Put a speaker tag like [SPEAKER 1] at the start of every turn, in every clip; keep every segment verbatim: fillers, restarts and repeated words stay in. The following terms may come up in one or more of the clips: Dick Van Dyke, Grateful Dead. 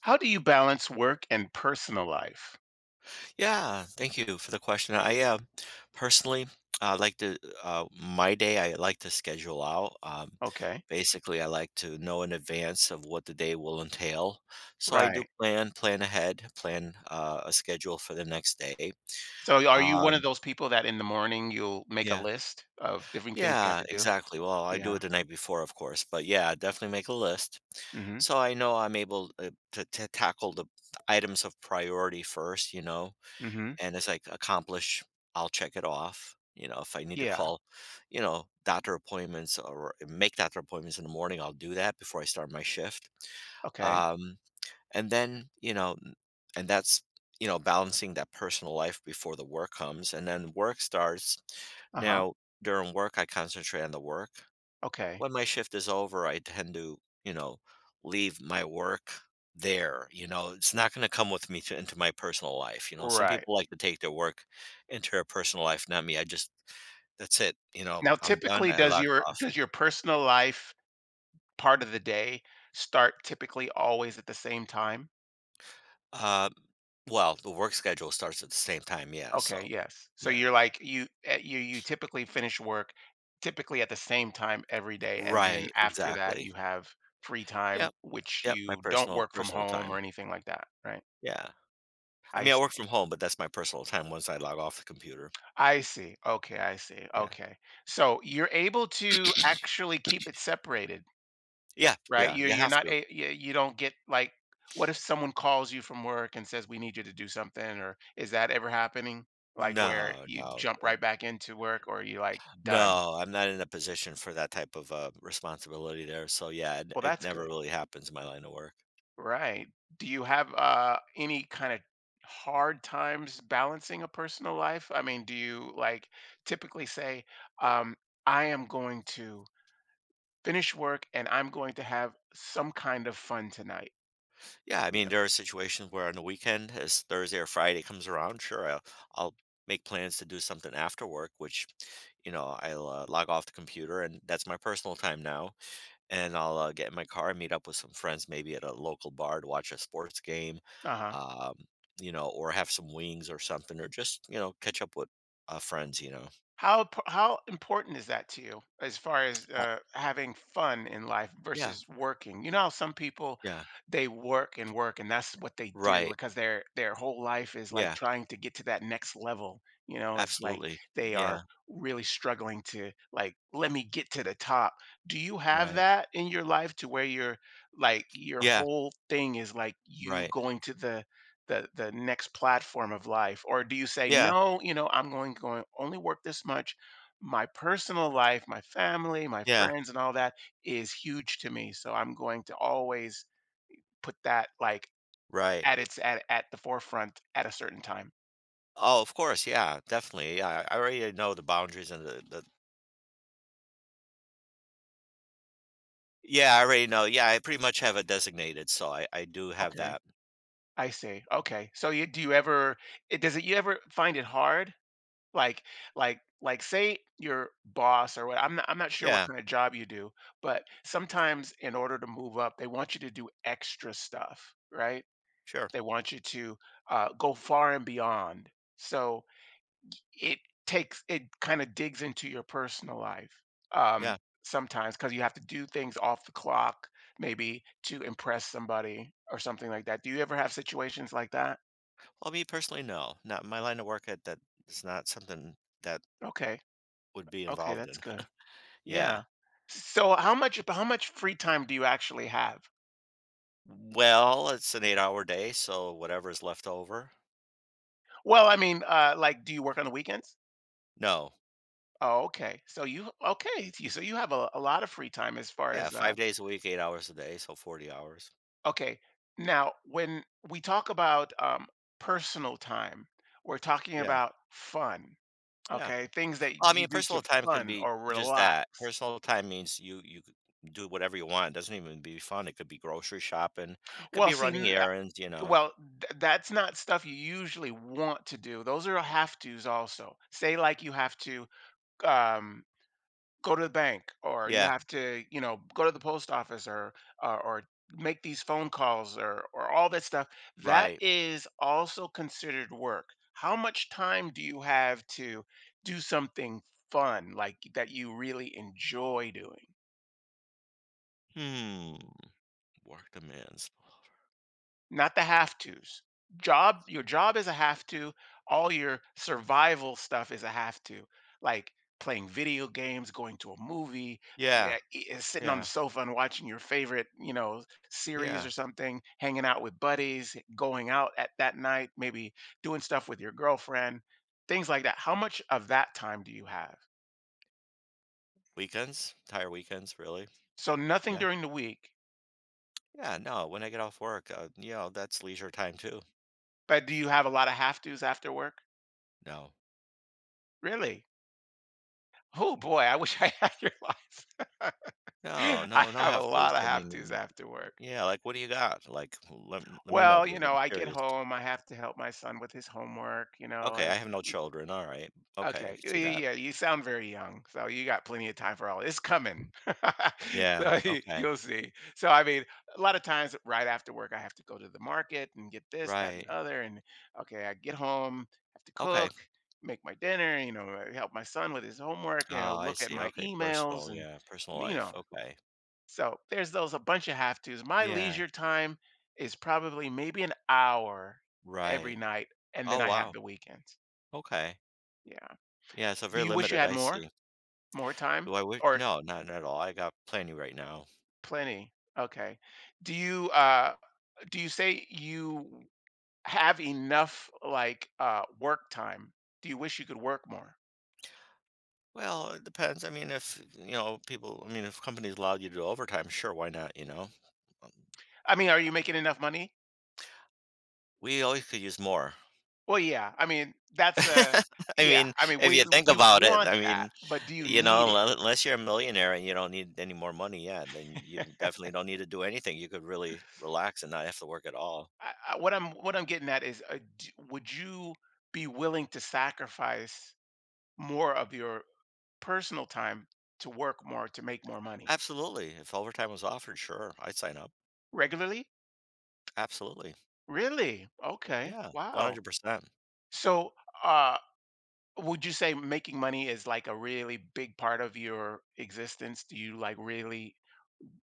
[SPEAKER 1] How do you balance work and personal life?
[SPEAKER 2] Yeah, thank you for the question. I um, personally uh, like to uh, my day. I like to schedule out. Um,
[SPEAKER 1] Okay,
[SPEAKER 2] basically, I like to know in advance of what the day will entail. So I do
[SPEAKER 1] right.
[SPEAKER 2] plan, plan ahead, plan uh, a schedule for the next day.
[SPEAKER 1] So are you one of
[SPEAKER 2] Um,
[SPEAKER 1] those people that in the morning you'll make a
[SPEAKER 2] yeah,
[SPEAKER 1] list of different things you have
[SPEAKER 2] yeah,
[SPEAKER 1] to do?
[SPEAKER 2] exactly. Well, I do
[SPEAKER 1] Yeah.
[SPEAKER 2] it the night before, of course, but yeah, definitely make a list
[SPEAKER 1] Mm, mhm.
[SPEAKER 2] so I know I'm able uh, to, to tackle the items of priority first. You know,
[SPEAKER 1] Mm, mhm.
[SPEAKER 2] and it's like accomplish. I'll check it off. You know if I need to
[SPEAKER 1] Yeah.
[SPEAKER 2] call, you know doctor appointments, or make doctor appointments in the morning, I'll do that before I start my shift.
[SPEAKER 1] Okay.
[SPEAKER 2] um and then, you know n- and that's, you know balancing that personal life before the work comes, and then work starts.
[SPEAKER 1] Uh-huh.
[SPEAKER 2] Now, during work, I concentrate on the work.
[SPEAKER 1] Okay.
[SPEAKER 2] When my shift is over, I tend to, you know, leave my work there. You know, it's not going to come with me to, into my personal life. You know, some
[SPEAKER 1] Right.
[SPEAKER 2] people like to take their work into their personal life. Not me. I just, that's it. You know,
[SPEAKER 1] Now
[SPEAKER 2] I'm done.
[SPEAKER 1] typically
[SPEAKER 2] I
[SPEAKER 1] does
[SPEAKER 2] logged
[SPEAKER 1] your
[SPEAKER 2] off.
[SPEAKER 1] does your personal life part of the day start typically always at the same time?
[SPEAKER 2] Uh, well, the work schedule starts at the same time. Yeah.
[SPEAKER 1] Okay,
[SPEAKER 2] So,
[SPEAKER 1] yes. So
[SPEAKER 2] yeah.
[SPEAKER 1] you're like you eh, you you typically finish work typically at the same time every day, and then
[SPEAKER 2] Right.
[SPEAKER 1] after that
[SPEAKER 2] Exactly.
[SPEAKER 1] you have free time,
[SPEAKER 2] Yep.
[SPEAKER 1] which
[SPEAKER 2] Yep. My
[SPEAKER 1] you don't
[SPEAKER 2] personal,
[SPEAKER 1] work from
[SPEAKER 2] personal
[SPEAKER 1] home or
[SPEAKER 2] time.
[SPEAKER 1] anything like that, right?
[SPEAKER 2] Yeah. I
[SPEAKER 1] I
[SPEAKER 2] mean, I work
[SPEAKER 1] see.
[SPEAKER 2] from home, but that's my personal time once I log off the computer.
[SPEAKER 1] I see. Okay, I see.
[SPEAKER 2] Yeah.
[SPEAKER 1] Okay. So you're able to actually keep it separated,
[SPEAKER 2] Yeah.
[SPEAKER 1] right?
[SPEAKER 2] Yeah.
[SPEAKER 1] You
[SPEAKER 2] You
[SPEAKER 1] you're
[SPEAKER 2] have
[SPEAKER 1] not
[SPEAKER 2] to.
[SPEAKER 1] a, you, you don't get like, what if someone calls you from work and says we need you to do something, or is that ever happening? Like where
[SPEAKER 2] No,
[SPEAKER 1] you
[SPEAKER 2] no,
[SPEAKER 1] jump right back into work, or you like done?
[SPEAKER 2] no, I'm not in a position for that type of, uh, responsibility there, so, yeah, it
[SPEAKER 1] Well,
[SPEAKER 2] it
[SPEAKER 1] that's
[SPEAKER 2] never
[SPEAKER 1] good.
[SPEAKER 2] really happens in my line of work.
[SPEAKER 1] Right. Do you have uh, any kind of hard times balancing a personal life? I mean, do you like typically say, um, I am going to finish work and I'm going to have some kind of fun tonight?
[SPEAKER 2] Yeah, I
[SPEAKER 1] You
[SPEAKER 2] mean, there are situations where, on the weekend, as Thursday or Friday comes around, sure, I'll I'll make plans to do something after work, which, you know, I'll, uh, log off the computer, and that's my personal time now, and I'll, uh, get in my car, meet up with some friends maybe at a local bar to watch a sports game,
[SPEAKER 1] know? Uh huh.
[SPEAKER 2] um, you know, or have some wings or something, or just, you know, catch up with, uh, friends, you know?
[SPEAKER 1] How p- how important is that to you as far as
[SPEAKER 2] Uh,
[SPEAKER 1] uh, having fun in life
[SPEAKER 2] yeah.
[SPEAKER 1] versus working? You know how some people
[SPEAKER 2] Yeah,
[SPEAKER 1] they work and work, and that's what they do
[SPEAKER 2] right.
[SPEAKER 1] because their their whole life is like
[SPEAKER 2] Yeah,
[SPEAKER 1] trying to get to that next level. You know, it's like
[SPEAKER 2] absolutely.
[SPEAKER 1] they are
[SPEAKER 2] Yeah,
[SPEAKER 1] really struggling to like, let me get to the top. Do you have
[SPEAKER 2] right.
[SPEAKER 1] that in your life to where you're like, your
[SPEAKER 2] Yeah,
[SPEAKER 1] whole thing is like you
[SPEAKER 2] right.
[SPEAKER 1] going to the the the next platform of life? Or do you say,
[SPEAKER 2] Yeah,
[SPEAKER 1] no, you know, I'm going going only work this much, my personal life, my family, my
[SPEAKER 2] yeah,
[SPEAKER 1] friends, and all that is huge to me, so I'm going to always put that like
[SPEAKER 2] right.
[SPEAKER 1] at its at, at the forefront at a certain time?
[SPEAKER 2] Oh, of course, yeah, definitely. Yeah, I already know the boundaries and the, the Yeah, I already know. Yeah, I pretty much have it designated, so I, I do have
[SPEAKER 1] Okay,
[SPEAKER 2] that.
[SPEAKER 1] I see. Okay, so you do you ever, it does it, you ever find it hard? Like like like say your boss, or what, I'm not, I'm not sure what
[SPEAKER 2] Yeah,
[SPEAKER 1] kind of job you do, but sometimes in order to move up, they want you to do extra stuff, right?
[SPEAKER 2] sure.
[SPEAKER 1] They want you to uh, go far and beyond. So it takes it kind of digs into your personal life um,
[SPEAKER 2] Yeah.
[SPEAKER 1] sometimes, because you have to do things off the clock, maybe to impress somebody or something like that. Do you ever have situations like that?
[SPEAKER 2] Well, me personally, no. Not my line of work at that is not something that
[SPEAKER 1] Okay,
[SPEAKER 2] would be
[SPEAKER 1] okay,
[SPEAKER 2] involved
[SPEAKER 1] that's
[SPEAKER 2] in.
[SPEAKER 1] good. Yeah.
[SPEAKER 2] Yeah.
[SPEAKER 1] So how much how much free time do you actually have?
[SPEAKER 2] Well, it's an eight hour day, so whatever is left over.
[SPEAKER 1] Well, I mean, uh, like, do you work on the weekends?
[SPEAKER 2] No.
[SPEAKER 1] Oh, okay. So you, okay, you so you have a, a lot of free time as far
[SPEAKER 2] Yeah,
[SPEAKER 1] as, uh
[SPEAKER 2] five days a week, eight hours a day, so forty hours.
[SPEAKER 1] okay. Now, when we talk about um personal time, we're talking
[SPEAKER 2] Yeah.
[SPEAKER 1] about fun,
[SPEAKER 2] Yeah.
[SPEAKER 1] okay? Things
[SPEAKER 2] Well, I
[SPEAKER 1] that you
[SPEAKER 2] mean,
[SPEAKER 1] do to
[SPEAKER 2] personal time can
[SPEAKER 1] fun
[SPEAKER 2] be
[SPEAKER 1] or
[SPEAKER 2] just
[SPEAKER 1] relax.
[SPEAKER 2] that. Personal time means you you could do whatever you want. It doesn't even be fun. It could be grocery shopping, could
[SPEAKER 1] Well,
[SPEAKER 2] be
[SPEAKER 1] see,
[SPEAKER 2] running
[SPEAKER 1] n- uh,
[SPEAKER 2] errands, you know.
[SPEAKER 1] well, th- that's not stuff you usually want to do. Those are have tos also. Say like you have to um go to the bank, or you
[SPEAKER 2] Yeah,
[SPEAKER 1] have to, you know go to the post office, or, or, or make these phone calls, or or all that stuff that
[SPEAKER 2] right.
[SPEAKER 1] is also considered work. How much time do you have to do something fun like that you really enjoy doing,
[SPEAKER 2] Hmm. Work demands.
[SPEAKER 1] not the have to's? Job, your job is a have to. All your survival stuff is a have to, like playing video games, going to a movie,
[SPEAKER 2] Yeah,
[SPEAKER 1] yeah, e- and sitting on the
[SPEAKER 2] yeah,
[SPEAKER 1] sofa and watching your favorite, you know, series
[SPEAKER 2] yeah.
[SPEAKER 1] or something, hanging out with buddies, going out at that night, maybe doing stuff with your girlfriend, things like that. How much of that time do you have?
[SPEAKER 2] Weekends, entire weekends, really.
[SPEAKER 1] So nothing
[SPEAKER 2] Yeah.
[SPEAKER 1] during the week,
[SPEAKER 2] Yeah, no, when I get off work, uh, you know, that's leisure time too.
[SPEAKER 1] but do you have a lot of have to's after work?
[SPEAKER 2] No.
[SPEAKER 1] Really? Oh boy, I wish I had your life.
[SPEAKER 2] No,
[SPEAKER 1] I
[SPEAKER 2] no, no
[SPEAKER 1] have a
[SPEAKER 2] have to's.
[SPEAKER 1] lot of
[SPEAKER 2] I
[SPEAKER 1] have tos
[SPEAKER 2] mean,
[SPEAKER 1] after work.
[SPEAKER 2] yeah, like what do you got? Like let, let me know
[SPEAKER 1] Well, you
[SPEAKER 2] because
[SPEAKER 1] know,
[SPEAKER 2] I'm
[SPEAKER 1] I get
[SPEAKER 2] curious.
[SPEAKER 1] home, I have to help my son with his homework, you know,
[SPEAKER 2] Okay,
[SPEAKER 1] and
[SPEAKER 2] I have no
[SPEAKER 1] we,
[SPEAKER 2] children. All right. Okay, I
[SPEAKER 1] okay,
[SPEAKER 2] can
[SPEAKER 1] yeah,
[SPEAKER 2] see
[SPEAKER 1] yeah,
[SPEAKER 2] that.
[SPEAKER 1] yeah, you sound very young, so you got plenty of time for all. It's coming,
[SPEAKER 2] Yeah,
[SPEAKER 1] so you-
[SPEAKER 2] okay,
[SPEAKER 1] you'll see. So, I mean, a lot of times right after work, I have to go to the market and get this, that, and
[SPEAKER 2] right.
[SPEAKER 1] other. And okay, I get home, have to
[SPEAKER 2] Okay.
[SPEAKER 1] cook, make my dinner, you know, help my son with his homework, you know,
[SPEAKER 2] Oh, I
[SPEAKER 1] look at
[SPEAKER 2] see,
[SPEAKER 1] my
[SPEAKER 2] okay,
[SPEAKER 1] emails,
[SPEAKER 2] personal,
[SPEAKER 1] and
[SPEAKER 2] yeah, personal
[SPEAKER 1] you
[SPEAKER 2] life,
[SPEAKER 1] know
[SPEAKER 2] okay.
[SPEAKER 1] so there's those a bunch of have tos. My
[SPEAKER 2] Yeah,
[SPEAKER 1] leisure time is probably maybe an hour every
[SPEAKER 2] right.
[SPEAKER 1] night, and then
[SPEAKER 2] Oh,
[SPEAKER 1] I have
[SPEAKER 2] wow,
[SPEAKER 1] the weekends.
[SPEAKER 2] okay.
[SPEAKER 1] Yeah.
[SPEAKER 2] Yeah, so
[SPEAKER 1] Do
[SPEAKER 2] very
[SPEAKER 1] you wish you
[SPEAKER 2] limited,
[SPEAKER 1] had
[SPEAKER 2] I
[SPEAKER 1] more?
[SPEAKER 2] see.
[SPEAKER 1] More
[SPEAKER 2] Do
[SPEAKER 1] time?
[SPEAKER 2] I wish
[SPEAKER 1] Or
[SPEAKER 2] no, not not at all, I got plenty right now.
[SPEAKER 1] plenty? Okay. Do you uh do you say you have enough like uh work time? Do you wish you could work more?
[SPEAKER 2] Well, it depends, I mean, if, you know, people, I mean, if companies allow you to do overtime, sure, why not, you know? Um,
[SPEAKER 1] I mean, are you making enough money?
[SPEAKER 2] we always could use more.
[SPEAKER 1] Well, yeah. I mean, that's a,
[SPEAKER 2] I
[SPEAKER 1] yeah.
[SPEAKER 2] mean,
[SPEAKER 1] I mean,
[SPEAKER 2] if
[SPEAKER 1] we
[SPEAKER 2] you think
[SPEAKER 1] you
[SPEAKER 2] about it,
[SPEAKER 1] want
[SPEAKER 2] I
[SPEAKER 1] that,
[SPEAKER 2] mean,
[SPEAKER 1] but do you
[SPEAKER 2] you
[SPEAKER 1] need
[SPEAKER 2] know,
[SPEAKER 1] it?
[SPEAKER 2] unle- unless you're a millionaire and you don't need any more money, yeah, then you definitely don't need to do anything. You could really relax and not have to work at all.
[SPEAKER 1] I, I, what I'm what I'm getting at is, uh, d- would you be willing to sacrifice more of your personal time to work more to make more money
[SPEAKER 2] Absolutely. If overtime was offered, sure, I'd sign up.
[SPEAKER 1] regularly?
[SPEAKER 2] Absolutely.
[SPEAKER 1] Really? Okay.
[SPEAKER 2] Yeah,
[SPEAKER 1] Wow.
[SPEAKER 2] one hundred percent.
[SPEAKER 1] So, uh, would you say making money is like a really big part of your existence? Do you like really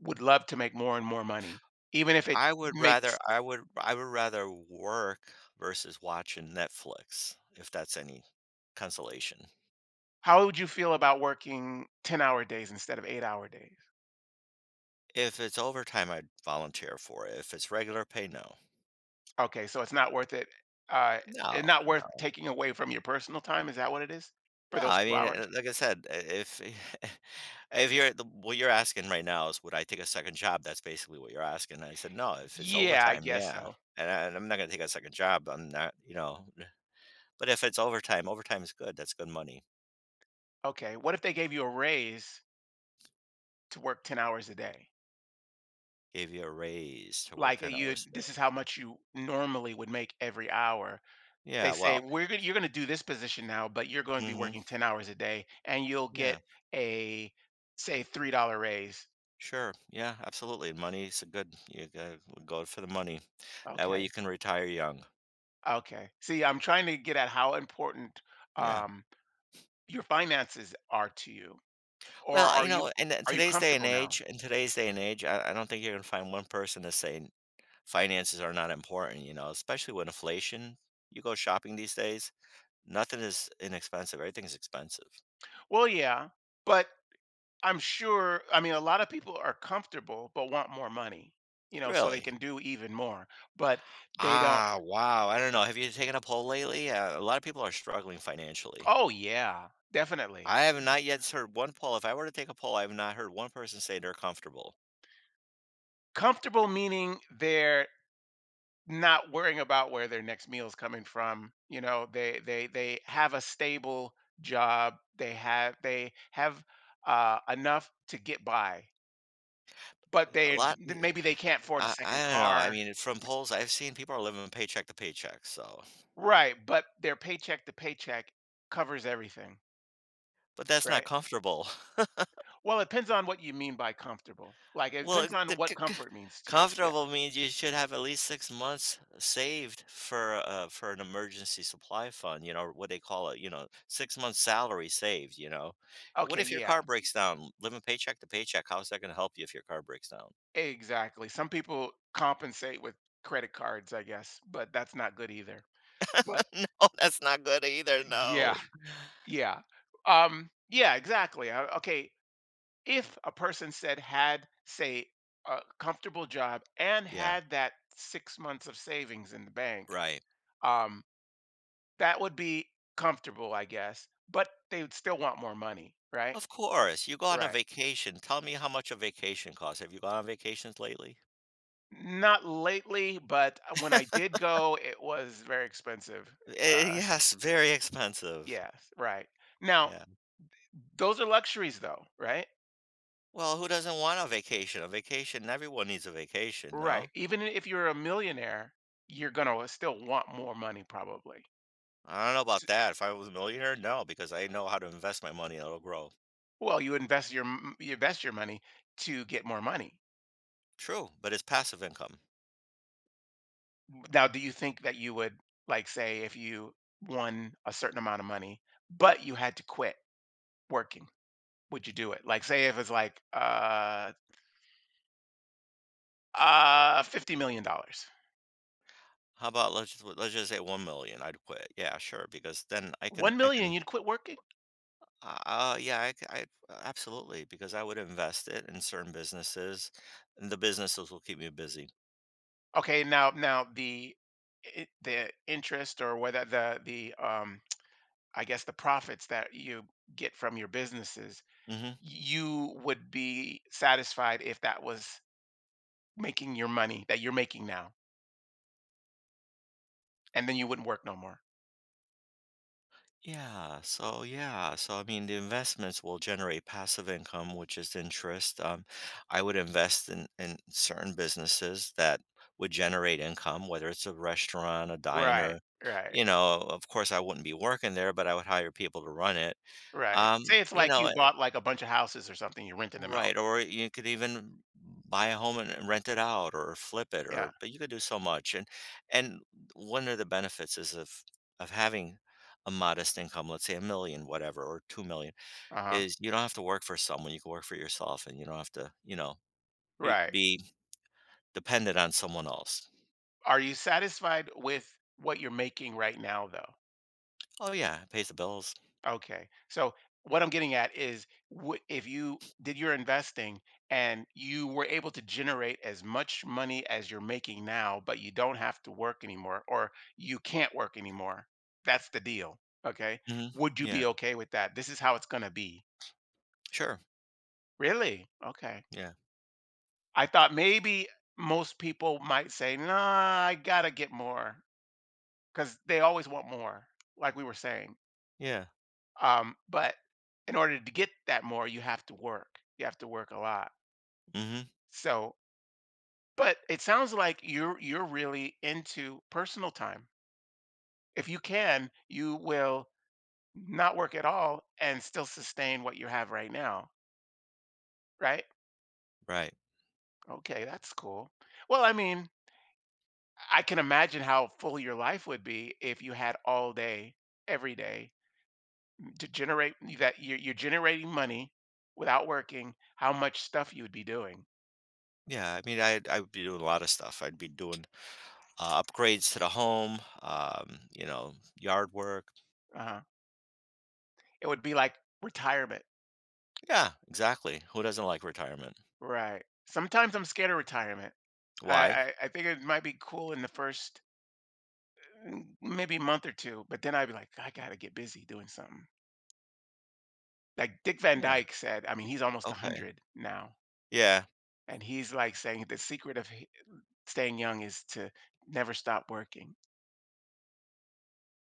[SPEAKER 1] would love to make more and more money, even if it
[SPEAKER 2] I would rather
[SPEAKER 1] makes?
[SPEAKER 2] I would I would rather work versus watching Netflix, if that's any consolation.
[SPEAKER 1] How would you feel about working ten hour days instead of eight hour days?
[SPEAKER 2] If it's overtime, I'd volunteer for it. If it's regular pay, no.
[SPEAKER 1] Okay, so it's not worth it, uh, and
[SPEAKER 2] No.
[SPEAKER 1] not worth taking away from your personal time, is that what it is? For
[SPEAKER 2] No,
[SPEAKER 1] those
[SPEAKER 2] I
[SPEAKER 1] two
[SPEAKER 2] mean,
[SPEAKER 1] hours?
[SPEAKER 2] uh, like I said, i- if if you're the, what you're asking right now is would I take a second job? That's basically what you're asking. I said no. If it's
[SPEAKER 1] Yeah, I
[SPEAKER 2] overtime,
[SPEAKER 1] guess
[SPEAKER 2] yeah,
[SPEAKER 1] so.
[SPEAKER 2] and, I, and I'm not gonna take a second job. I'm not, you know. But if it's overtime, overtime is good. That's good money.
[SPEAKER 1] Okay, what if they gave you a raise to work ten hours a day?
[SPEAKER 2] Gave you a raise to work
[SPEAKER 1] Like, uh,
[SPEAKER 2] ten
[SPEAKER 1] you
[SPEAKER 2] hours
[SPEAKER 1] this is
[SPEAKER 2] a day.
[SPEAKER 1] how much you normally would make every hour. They
[SPEAKER 2] Yeah,
[SPEAKER 1] say,
[SPEAKER 2] well,
[SPEAKER 1] "We're gonna, you're gonna do this position now, but you're going to be
[SPEAKER 2] hmm,
[SPEAKER 1] working ten hours a day, and you'll get
[SPEAKER 2] yeah,
[SPEAKER 1] a, say, three dollar raise."
[SPEAKER 2] sure, yeah, absolutely. Money's a good. You gotta go for the money. That way you
[SPEAKER 1] Okay,
[SPEAKER 2] can retire young.
[SPEAKER 1] okay. See, I'm trying to get at how important,
[SPEAKER 2] Yeah.
[SPEAKER 1] um, your finances are to you. Or
[SPEAKER 2] Well,
[SPEAKER 1] are
[SPEAKER 2] you
[SPEAKER 1] you
[SPEAKER 2] know, in the
[SPEAKER 1] are you
[SPEAKER 2] today's day and
[SPEAKER 1] comfortable now?
[SPEAKER 2] age in today's day and age, I I don't think you're gonna find one person to say finances are not important, you know, especially with inflation. You go shopping these days, nothing is inexpensive, everything's expensive.
[SPEAKER 1] Well, yeah, but I'm sure, I mean, a lot of people are comfortable but want more money, you know, so they
[SPEAKER 2] Really?
[SPEAKER 1] can do even more, but they don't.
[SPEAKER 2] Ah, wow, I don't know, have you taken a poll lately? Uh, a lot of people are struggling financially.
[SPEAKER 1] Oh, yeah, definitely.
[SPEAKER 2] I have not yet heard one poll. If I were to take a poll, I have not heard one person say they're comfortable.
[SPEAKER 1] Comfortable meaning they're not worrying about where their next meal is coming from, you know, they, they they have a stable job, they have, they have uh, enough to get by, but
[SPEAKER 2] A
[SPEAKER 1] they
[SPEAKER 2] lot y
[SPEAKER 1] maybe they can't afford a
[SPEAKER 2] I
[SPEAKER 1] second
[SPEAKER 2] I don't know, I
[SPEAKER 1] car.
[SPEAKER 2] mean, from polls I've seen, people are living paycheck to paycheck, so
[SPEAKER 1] Right, but their paycheck to paycheck covers everything,
[SPEAKER 2] but that's not
[SPEAKER 1] right?
[SPEAKER 2] comfortable.
[SPEAKER 1] Well, it depends on what you mean by comfortable. Like, it
[SPEAKER 2] Well,
[SPEAKER 1] depends on
[SPEAKER 2] the
[SPEAKER 1] what
[SPEAKER 2] c c
[SPEAKER 1] comfort means to you. Yeah.
[SPEAKER 2] comfortable means you should have at least six months saved for, uh, for an emergency supply fund, you know what they call it, you know, six months salary saved, you know? What
[SPEAKER 1] Okay.
[SPEAKER 2] if your car
[SPEAKER 1] Yeah.
[SPEAKER 2] breaks down? Living paycheck to paycheck, how is that gonna help you if your car breaks down?
[SPEAKER 1] Exactly. Some people compensate with credit cards, I guess, but that's not good either. But
[SPEAKER 2] No, that's not good either,
[SPEAKER 1] yeah,
[SPEAKER 2] no.
[SPEAKER 1] yeah. Um, yeah, exactly. Uh, Okay. If a person said had, say, a comfortable job and
[SPEAKER 2] Yeah,
[SPEAKER 1] had that six months of savings in the bank,
[SPEAKER 2] right.
[SPEAKER 1] um, that would be comfortable, I guess, but they would still want more money, right?
[SPEAKER 2] Of course, you go on a
[SPEAKER 1] Right.
[SPEAKER 2] vacation, tell me how much a vacation costs. Have you gone on vacations lately?
[SPEAKER 1] Not lately, but uh, when I did go, it was very expensive.
[SPEAKER 2] Eh,
[SPEAKER 1] Uh,
[SPEAKER 2] yes, very expensive.
[SPEAKER 1] yes, right. Now,
[SPEAKER 2] Yeah.
[SPEAKER 1] those are luxuries though, right?
[SPEAKER 2] Well, who doesn't want a vacation? A vacation, everyone needs a vacation,
[SPEAKER 1] Right.
[SPEAKER 2] no?
[SPEAKER 1] Even if you're a millionaire, you're gonna still want more money probably.
[SPEAKER 2] I don't know
[SPEAKER 1] S-
[SPEAKER 2] about that. If I was a millionaire, no, because I know how to invest my money and it'll grow.
[SPEAKER 1] Well, you invest your m- you invest your money to get more money.
[SPEAKER 2] True, but it's passive income.
[SPEAKER 1] Now, do you think that you would, like say if you won a certain amount of money, but you had to quit working, would you do it? Like, say if it's like, uh, uh, fifty million dollars dollars.
[SPEAKER 2] How about let's just, let's just say one million, I'd quit. Yeah, sure, because then I can
[SPEAKER 1] one
[SPEAKER 2] I
[SPEAKER 1] million,
[SPEAKER 2] can
[SPEAKER 1] you'd quit working?
[SPEAKER 2] uh yeah, I, c- I- absolutely, because I would invest it in certain businesses, and the businesses will keep me busy.
[SPEAKER 1] Okay, now now the i- the interest or whether the the um, I guess the profits that you get from your businesses,
[SPEAKER 2] Mhm.
[SPEAKER 1] you would be satisfied if that was making your money that you're making now, and then you wouldn't work no more.
[SPEAKER 2] Yeah, so yeah, so I mean, the investments will generate passive income, which is interest. Um, I would invest in in certain businesses that would generate income, whether it's a restaurant, a
[SPEAKER 1] Right,
[SPEAKER 2] diner.
[SPEAKER 1] right,
[SPEAKER 2] You know, of course, I wouldn't be working there, but I would hire people to run it.
[SPEAKER 1] right.
[SPEAKER 2] Um,
[SPEAKER 1] Say it's
[SPEAKER 2] you
[SPEAKER 1] like you
[SPEAKER 2] know,
[SPEAKER 1] bought like a bunch of houses or something, you're renting them out.
[SPEAKER 2] Right, or you could even buy a home and and rent it out or flip it,
[SPEAKER 1] Yeah.
[SPEAKER 2] or but you could do so much. And and one of the benefits is of of having a modest income, let's say a million, whatever, or two million,
[SPEAKER 1] Uh-huh.
[SPEAKER 2] is you don't have to work for someone. You can work for yourself and you don't have to, you know, be,
[SPEAKER 1] Right.
[SPEAKER 2] be dependent on someone else.
[SPEAKER 1] Are you satisfied with what you're making right now, though?
[SPEAKER 2] Oh yeah, it pays the bills.
[SPEAKER 1] Okay. So what I'm getting at is, wh- if you did your investing and you were able to generate as much money as you're making now, but you don't have to work anymore, or you can't work anymore. That's the deal. Okay.
[SPEAKER 2] Hmm.
[SPEAKER 1] Would you
[SPEAKER 2] Yeah,
[SPEAKER 1] be okay with that? This is how it's going to be.
[SPEAKER 2] sure.
[SPEAKER 1] Really? Okay.
[SPEAKER 2] Yeah.
[SPEAKER 1] I thought maybe most people might say, nah, I got to get more, because they always want more, like we were saying.
[SPEAKER 2] Yeah.
[SPEAKER 1] Um, but in order to get that more, you have to work. You have to work a lot.
[SPEAKER 2] Hmm.
[SPEAKER 1] So, but it sounds like you're you're really into personal time. If you can, you will not work at all and still sustain what you have right now, right?
[SPEAKER 2] Right.
[SPEAKER 1] Okay, that's cool. Well, I mean, I can imagine how full your life would be if you had all day, every day to generate that you're, you're generating money without working, how much stuff you would be doing.
[SPEAKER 2] Yeah. I mean, I I'd, I'd be doing a lot of stuff. I'd be doing uh, upgrades to the home, um, you know, yard work.
[SPEAKER 1] Uh-huh. It would be like retirement.
[SPEAKER 2] Yeah, exactly. Who doesn't like retirement?
[SPEAKER 1] Right. Sometimes I'm scared of retirement. I,
[SPEAKER 2] Why?
[SPEAKER 1] I, I think it might be cool in the first, mm, maybe month or two, but then I'd be like, I gotta get busy doing something. Like Dick Van
[SPEAKER 2] Yeah.
[SPEAKER 1] Dyke said, I mean, he's almost
[SPEAKER 2] Okay.
[SPEAKER 1] a hundred now.
[SPEAKER 2] Yeah.
[SPEAKER 1] And he's like saying the secret of h- staying young is to never stop working.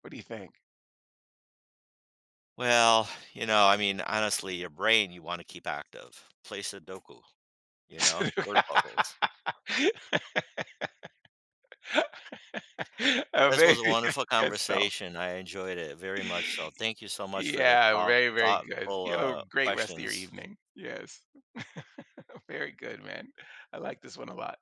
[SPEAKER 1] What do you think?
[SPEAKER 2] Well, you know, I mean, honestly, your brain you want to keep active. Play Sudoku, you know, word puzzles.
[SPEAKER 1] Uh,
[SPEAKER 2] This was a
[SPEAKER 1] Maybe. I
[SPEAKER 2] wonderful
[SPEAKER 1] guess so.
[SPEAKER 2] conversation. I enjoyed it very much. So, thank you so much for the
[SPEAKER 1] Yeah,
[SPEAKER 2] thought,
[SPEAKER 1] very, very good.
[SPEAKER 2] thoughtful
[SPEAKER 1] You have a
[SPEAKER 2] uh,
[SPEAKER 1] great rest of your
[SPEAKER 2] questions.
[SPEAKER 1] evening. Yes. Very good, man. I like this one a lot.